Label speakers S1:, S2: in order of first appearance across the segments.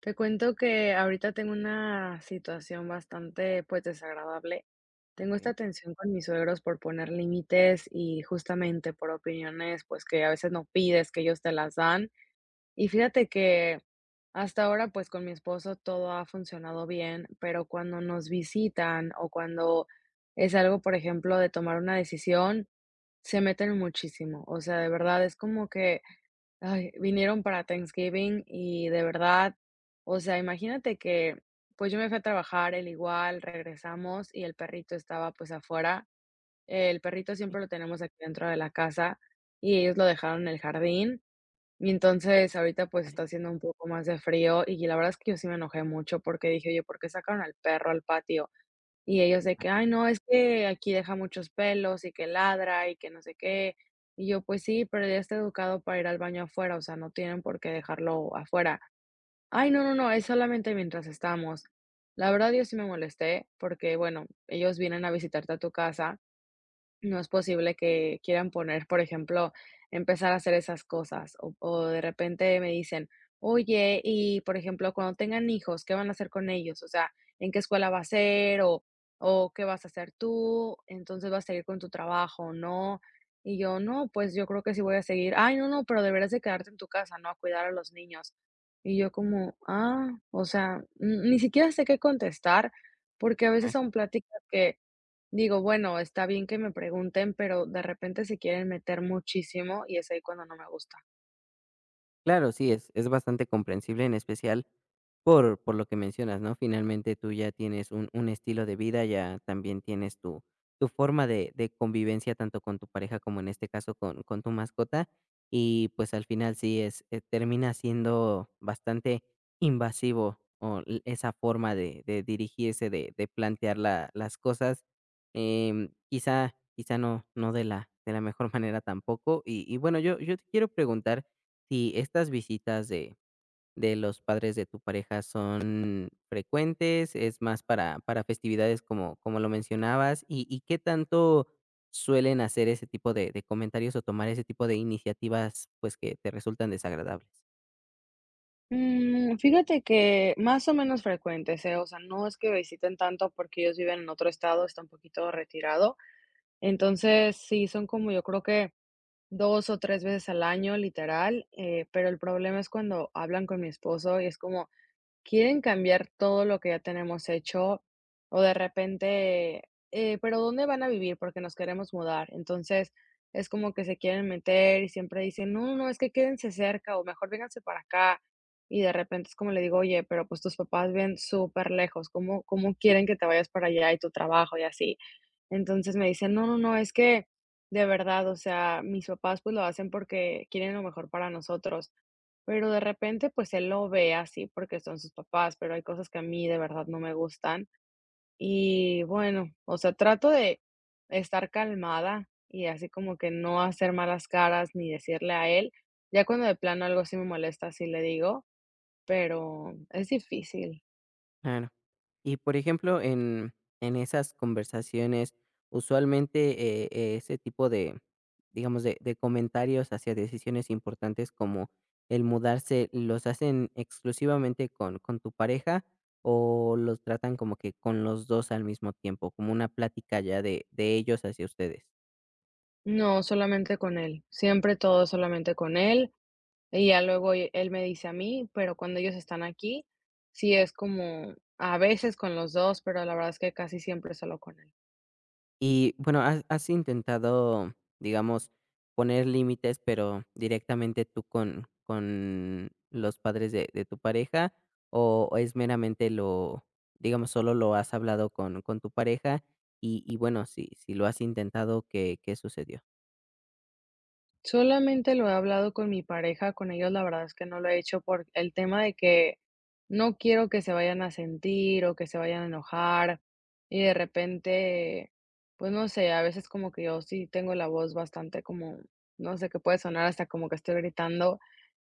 S1: Te cuento que ahorita tengo una situación bastante, pues, desagradable. Tengo
S2: Okey.
S1: esta tensión con mis suegros por poner límites y justamente por opiniones, pues, que a veces no pides, que ellos te las dan. Y fíjate que hasta ahora, pues, con mi esposo todo ha funcionado bien, pero cuando nos visitan o cuando es algo, por ejemplo, de tomar una decisión, se meten muchísimo. O sea, de verdad es como que, ay, vinieron para Thanksgiving y de verdad, o sea, imagínate que, pues yo me fui a trabajar, él igual, regresamos y el perrito estaba pues afuera. El perrito siempre lo tenemos aquí dentro de la casa y ellos lo dejaron en el jardín. Y entonces ahorita pues
S2: Ay,
S1: está haciendo un poco más de frío y la verdad es que yo sí me enojé mucho porque dije, oye, ¿por qué sacaron al perro al patio? Y ellos de que: "Ay, no, es que aquí deja muchos pelos y que ladra y que no sé qué". Y yo: "Pues sí, pero ya está educado para ir al baño afuera, o sea, no tienen por qué dejarlo afuera". "Ay, no, no, no, es solamente mientras estamos". La verdad, yo sí me molesté porque, bueno, ellos vienen a visitarte a tu casa. No es posible que quieran poner, por ejemplo, empezar a hacer esas cosas, o de repente me dicen: "Oye, y, por ejemplo, cuando tengan hijos, ¿qué van a hacer con ellos? O sea, ¿en qué escuela va a ser? O, ¿qué vas a hacer tú? Entonces, ¿vas a seguir con tu trabajo o no?". Y yo: "No, pues, yo creo que sí voy a seguir". "Ay, no, no, pero deberías de quedarte en tu casa, ¿no? A cuidar a los niños". Y yo como: "Ah", o sea, n ni siquiera sé qué contestar, porque a
S2: ah.
S1: veces son pláticas que digo, bueno, está bien que me pregunten, pero de repente se quieren meter muchísimo y es ahí cuando no me gusta.
S2: Claro, sí, es bastante comprensible, en especial por lo que mencionas, ¿no? Finalmente, tú ya tienes un estilo de vida, ya también tienes tu forma de convivencia tanto con tu pareja como, en este caso, con tu mascota, y, pues, al final sí es, termina siendo bastante invasivo, o l esa forma de dirigirse, de plantear la las cosas, quizá no de la de la mejor manera tampoco. Y bueno, yo te quiero preguntar si estas visitas de los padres de tu pareja son frecuentes, es más para festividades como lo mencionabas, ¿y qué tanto suelen hacer ese tipo de comentarios o tomar ese tipo de iniciativas, pues, que te resultan desagradables?
S1: Fíjate que más o menos frecuentes, ¿eh? O sea, no es que visiten tanto porque ellos viven en otro estado, está un poquito retirado. Entonces, sí, son como yo creo que dos o tres veces al año, literal. Pero el problema es cuando hablan con mi esposo y es como, quieren cambiar todo lo que ya tenemos hecho, o de repente, pero ¿dónde van a vivir? Porque nos queremos mudar. Entonces, es como que se quieren meter y siempre dicen, no, no, no, es que quédense cerca o mejor vénganse para acá. Y de repente es como le digo, oye, pero pues tus papás ven súper lejos, ¿cómo quieren que te vayas para allá y tu trabajo y así? Entonces me dicen: "No, no, no, es que de verdad, o sea, mis papás, pues, lo hacen porque quieren lo mejor para nosotros". Pero de repente, pues, él lo ve así porque son sus papás, pero hay cosas que a mí de verdad no me gustan. Y bueno, o sea, trato de estar calmada y así como que no hacer malas caras ni decirle a él. Ya cuando de plano algo sí me molesta, sí le digo, pero es difícil.
S2: Claro. Y por ejemplo, en esas conversaciones, usualmente ese tipo de, digamos, de comentarios hacia decisiones importantes como el mudarse, ¿los hacen exclusivamente con tu pareja o los tratan como que con los dos al mismo tiempo, como una plática ya de ellos hacia ustedes?
S1: No, solamente con él. Siempre todo solamente con él. Y ya luego él me dice a mí, pero cuando ellos están aquí, sí es como a veces con los 2 pero la verdad es que casi siempre solo con él.
S2: Y bueno, ¿has intentado, digamos, poner límites, pero directamente tú con los padres de tu pareja? ¿O es meramente lo, digamos, solo lo has hablado con tu pareja? Y bueno, si si lo has intentado, ¿qué sucedió?
S1: Solamente lo he hablado con mi pareja, con ellos la verdad es que no lo he hecho por el tema de que no quiero que se vayan a sentir o que se vayan a enojar y de repente, pues no sé, a veces como que yo sí tengo la voz bastante como, no sé, que puede sonar hasta como que estoy gritando.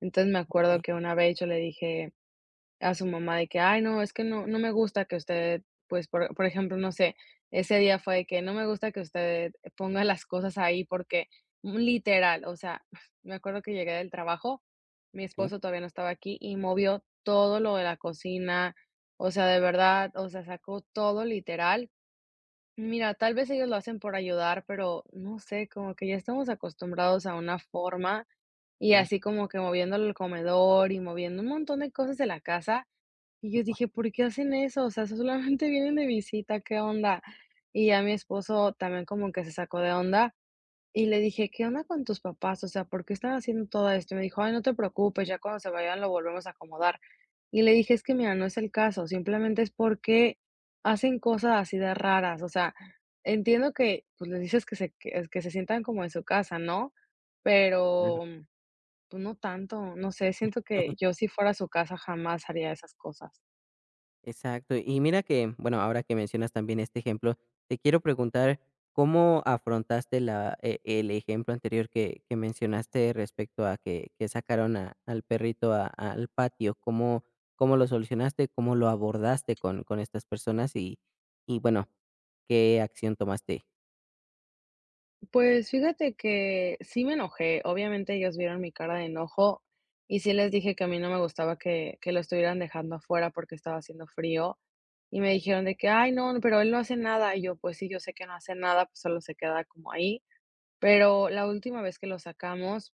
S1: Entonces me acuerdo
S2: Sí,
S1: que una vez yo le dije a su mamá de que: "Ay, no, es que no me gusta que usted", pues, por ejemplo, no sé, ese día fue de que: "No me gusta que usted ponga las cosas ahí", porque literal, o sea, me acuerdo que llegué del trabajo, mi
S2: sí,
S1: esposo todavía no estaba aquí y movió todo lo de la cocina, o sea, de verdad, o sea, sacó todo literal. Mira, tal vez ellos lo hacen por ayudar, pero no sé, como que ya estamos acostumbrados a una forma y
S2: claro,
S1: así como que moviéndole el comedor y moviendo un montón de cosas de la casa. Y yo dije: "¿Por qué hacen eso? O sea, solamente vienen de visita, ¿qué onda?". Y ya mi esposo también como que se sacó de onda y le dije: "¿Qué onda con tus papás? O sea, ¿por qué están haciendo todo esto?". Y me dijo: "Ay, no te preocupes, ya cuando se vayan lo volvemos a acomodar". Y le dije: "Es que mira, no es el caso, simplemente es porque hacen cosas así de raras". O sea, entiendo que, pues, les dices que se sientan como en su casa, ¿no?
S2: claro.
S1: Pero, pues, no tanto, no sé, siento que yo si fuera a su casa jamás haría esas cosas.
S2: Exacto. Y mira que, bueno, ahora que mencionas también este ejemplo, te quiero preguntar cómo afrontaste la, e- el ejemplo anterior que mencionaste respecto a que sacaron a- al perrito a- al patio, cómo, cómo lo solucionaste, cómo lo abordaste con estas personas y bueno, qué acción tomaste.
S1: Pues fíjate que sí me enojé. Obviamente ellos vieron mi cara de enojo y sí les dije que a mí no me gustaba que lo estuvieran dejando afuera porque estaba haciendo frío y me dijeron de que, ay, no, no, pero él no hace nada. Y yo, pues sí, yo sé que no hace nada, pues solo se queda como ahí. Pero la última vez que lo sacamos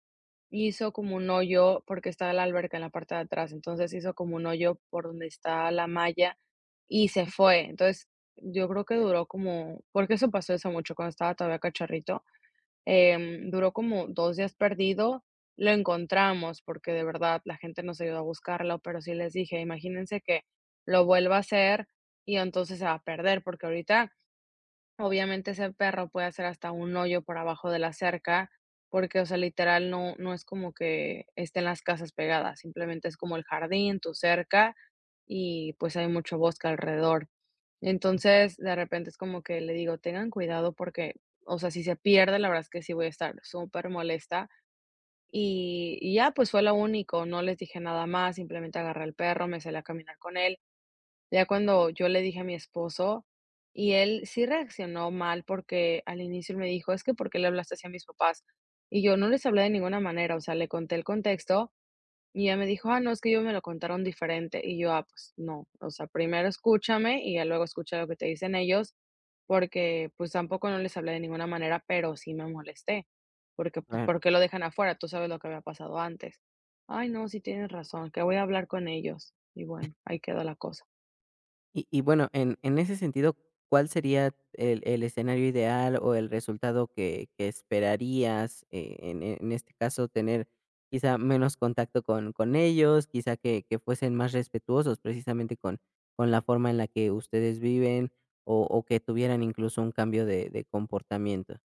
S1: hizo como un hoyo porque estaba la alberca en la parte de atrás, entonces hizo como un hoyo por donde está la malla y se fue. Entonces yo creo que duró como, porque eso pasó eso mucho cuando estaba todavía cacharrito. Duró como 2 días perdido, lo encontramos, porque de verdad la gente nos ayudó a buscarlo, pero sí les dije: "Imagínense que lo vuelva a hacer y entonces se va a perder", porque ahorita obviamente, ese perro puede hacer hasta un hoyo por abajo de la cerca, porque, o sea, literal, no es como que estén las casas pegadas, simplemente es como el jardín, tu cerca, y, pues, hay mucho bosque alrededor. Entonces, de repente es como que le digo: "Tengan cuidado porque, o sea, si se pierde, la verdad es que sí voy a estar supermolesta". Y ya, pues, fue lo único, no les dije nada más, simplemente agarré al perro, me salí a caminar con él. Ya cuando yo le dije a mi esposo, y él sí reaccionó mal porque al inicio él me dijo, es que ¿por qué le hablaste así a mis papás? Y yo no les hablé de ninguna manera, o sea, le conté el contexto y ella me dijo, ah, no, es que ellos me lo contaron diferente. Y yo, ah, pues no, o sea, primero escúchame y ya luego escucha lo que te dicen ellos, porque pues tampoco no les hablé de ninguna manera, pero sí me molesté, porque pues, ¿por qué lo dejan afuera? Tú sabes lo que había pasado antes. Ay, no, sí tienes razón, que voy a hablar con ellos. Y bueno, ahí quedó la cosa.
S2: Y bueno, en ese sentido, ¿cuál sería el escenario ideal o el resultado que esperarías, en e- en este caso, tener quizá menos contacto con ellos, quizá que fuesen más respetuosos precisamente con la forma en la que ustedes viven o que tuvieran incluso un cambio de comportamiento?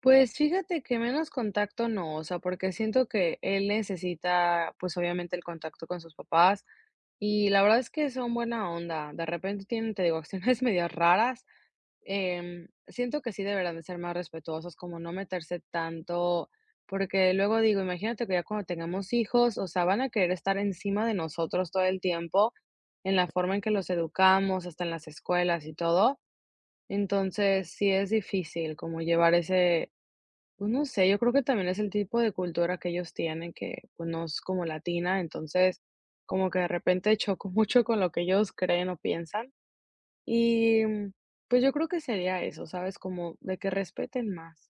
S1: Pues fíjate que menos contacto no, o sea, porque siento que él necesita, pues obviamente el contacto con sus papás y la verdad es que son buena onda. De repente tienen, te digo, acciones medias raras. Siento que sí deberán de ser más respetuosos, como no meterse tanto, porque luego digo, imagínate que ya cuando tengamos hijos, o sea, van a querer estar encima de nosotros todo el tiempo, en la forma en que los educamos, hasta en las escuelas y todo. Entonces, sí es difícil como llevar ese pues no sé, yo creo que también es el tipo de cultura que ellos tienen, que pues no es como latina, entonces como que de repente choco mucho con lo que ellos creen o piensan. Y pues yo creo que sería eso, ¿sabes? Como de que respeten más.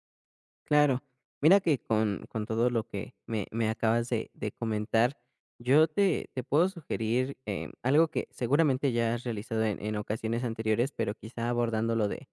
S2: Claro. Mira que con todo lo que me acabas de comentar, yo te, te puedo sugerir algo que seguramente ya has realizado en ocasiones anteriores, pero quizá abordándolo de,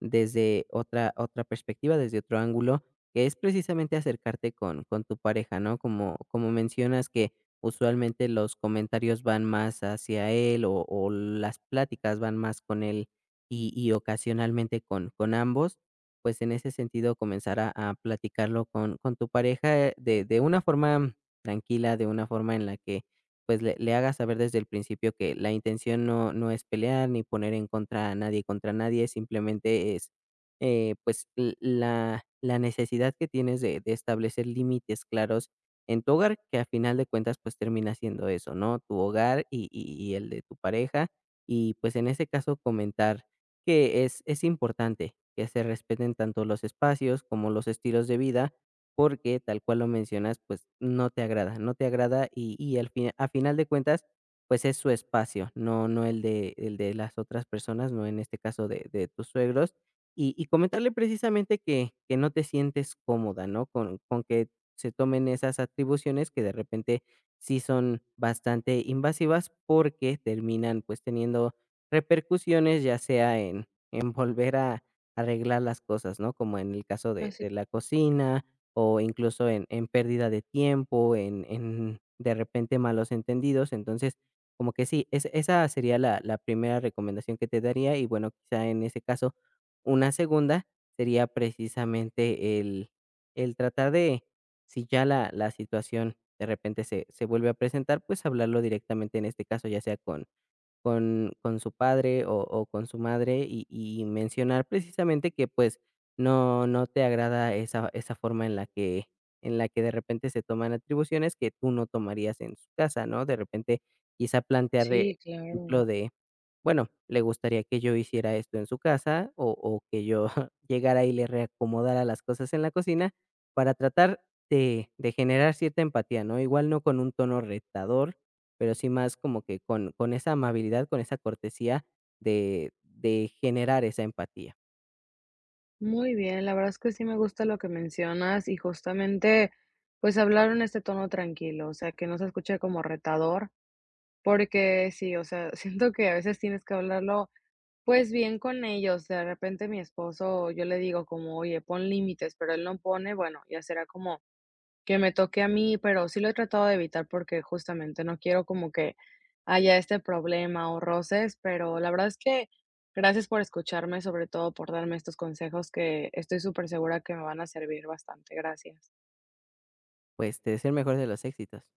S2: desde otra, otra perspectiva, desde otro ángulo, que es precisamente acercarte con tu pareja, ¿no? Como, como mencionas que usualmente los comentarios van más hacia él o las pláticas van más con él y ocasionalmente con ambos, pues, en ese sentido, comenzar a platicarlo con tu pareja, de una forma tranquila, de una forma en la que, pues, le hagas saber desde el principio que la intención no es pelear, ni poner en contra a nadie contra nadie, simplemente es, pues, l la la necesidad que tienes de establecer límites claros en tu hogar, que a final de cuentas, pues, termina siendo eso, ¿no? Tu hogar y y el de tu pareja. Y, pues, en ese caso, comentar que es importante que se respeten tanto los espacios como los estilos de vida, porque tal cual lo mencionas, pues no te agrada, no te agrada y al fin, a final de cuentas, pues es su espacio, no, no el de, el de las otras personas, no en este caso de tus suegros. Y comentarle precisamente que no te sientes cómoda, ¿no? Con que se tomen esas atribuciones que de repente sí son bastante invasivas porque terminan pues teniendo repercusiones, ya sea en volver a arreglar las cosas, ¿no? Como en el caso de
S1: Así,
S2: de la cocina, o incluso en pérdida de tiempo, en de repente malos entendidos. Entonces, como que sí, es esa sería la primera recomendación que te daría y bueno, quizá en ese caso, una segunda sería precisamente el tratar de, si ya la situación de repente se vuelve a presentar, pues hablarlo directamente, en este caso, ya sea con con su padre o con su madre y mencionar precisamente que, pues, no te agrada esa esa forma en la que de repente se toman atribuciones que tú no tomarías en su casa, ¿no? De repente, quizá plantear el
S1: sí,
S2: ejemplo
S1: claro.
S2: de, bueno, le gustaría que yo hiciera esto en su casa o que yo llegara y le reacomodara las cosas en la cocina para tratar de generar cierta empatía, ¿no? Igual no con un tono retador, pero sí más como que con esa amabilidad, con esa cortesía de generar esa empatía.
S1: Muy bien, la verdad es que sí me gusta lo que mencionas y justamente pues hablar en este tono tranquilo, o sea, que no se escuche como retador, porque sí, o sea, siento que a veces tienes que hablarlo pues bien con ellos, de repente mi esposo, yo le digo como: "Oye, pon límites", pero él no pone, bueno, ya será como que me toque a mí, pero sí lo he tratado de evitar porque justamente no quiero como que haya este problema o roces, pero la verdad es que gracias por escucharme, sobre todo por darme estos consejos que estoy súper segura que me van a servir bastante. Gracias.
S2: Pues, te deseo el mejor de los éxitos.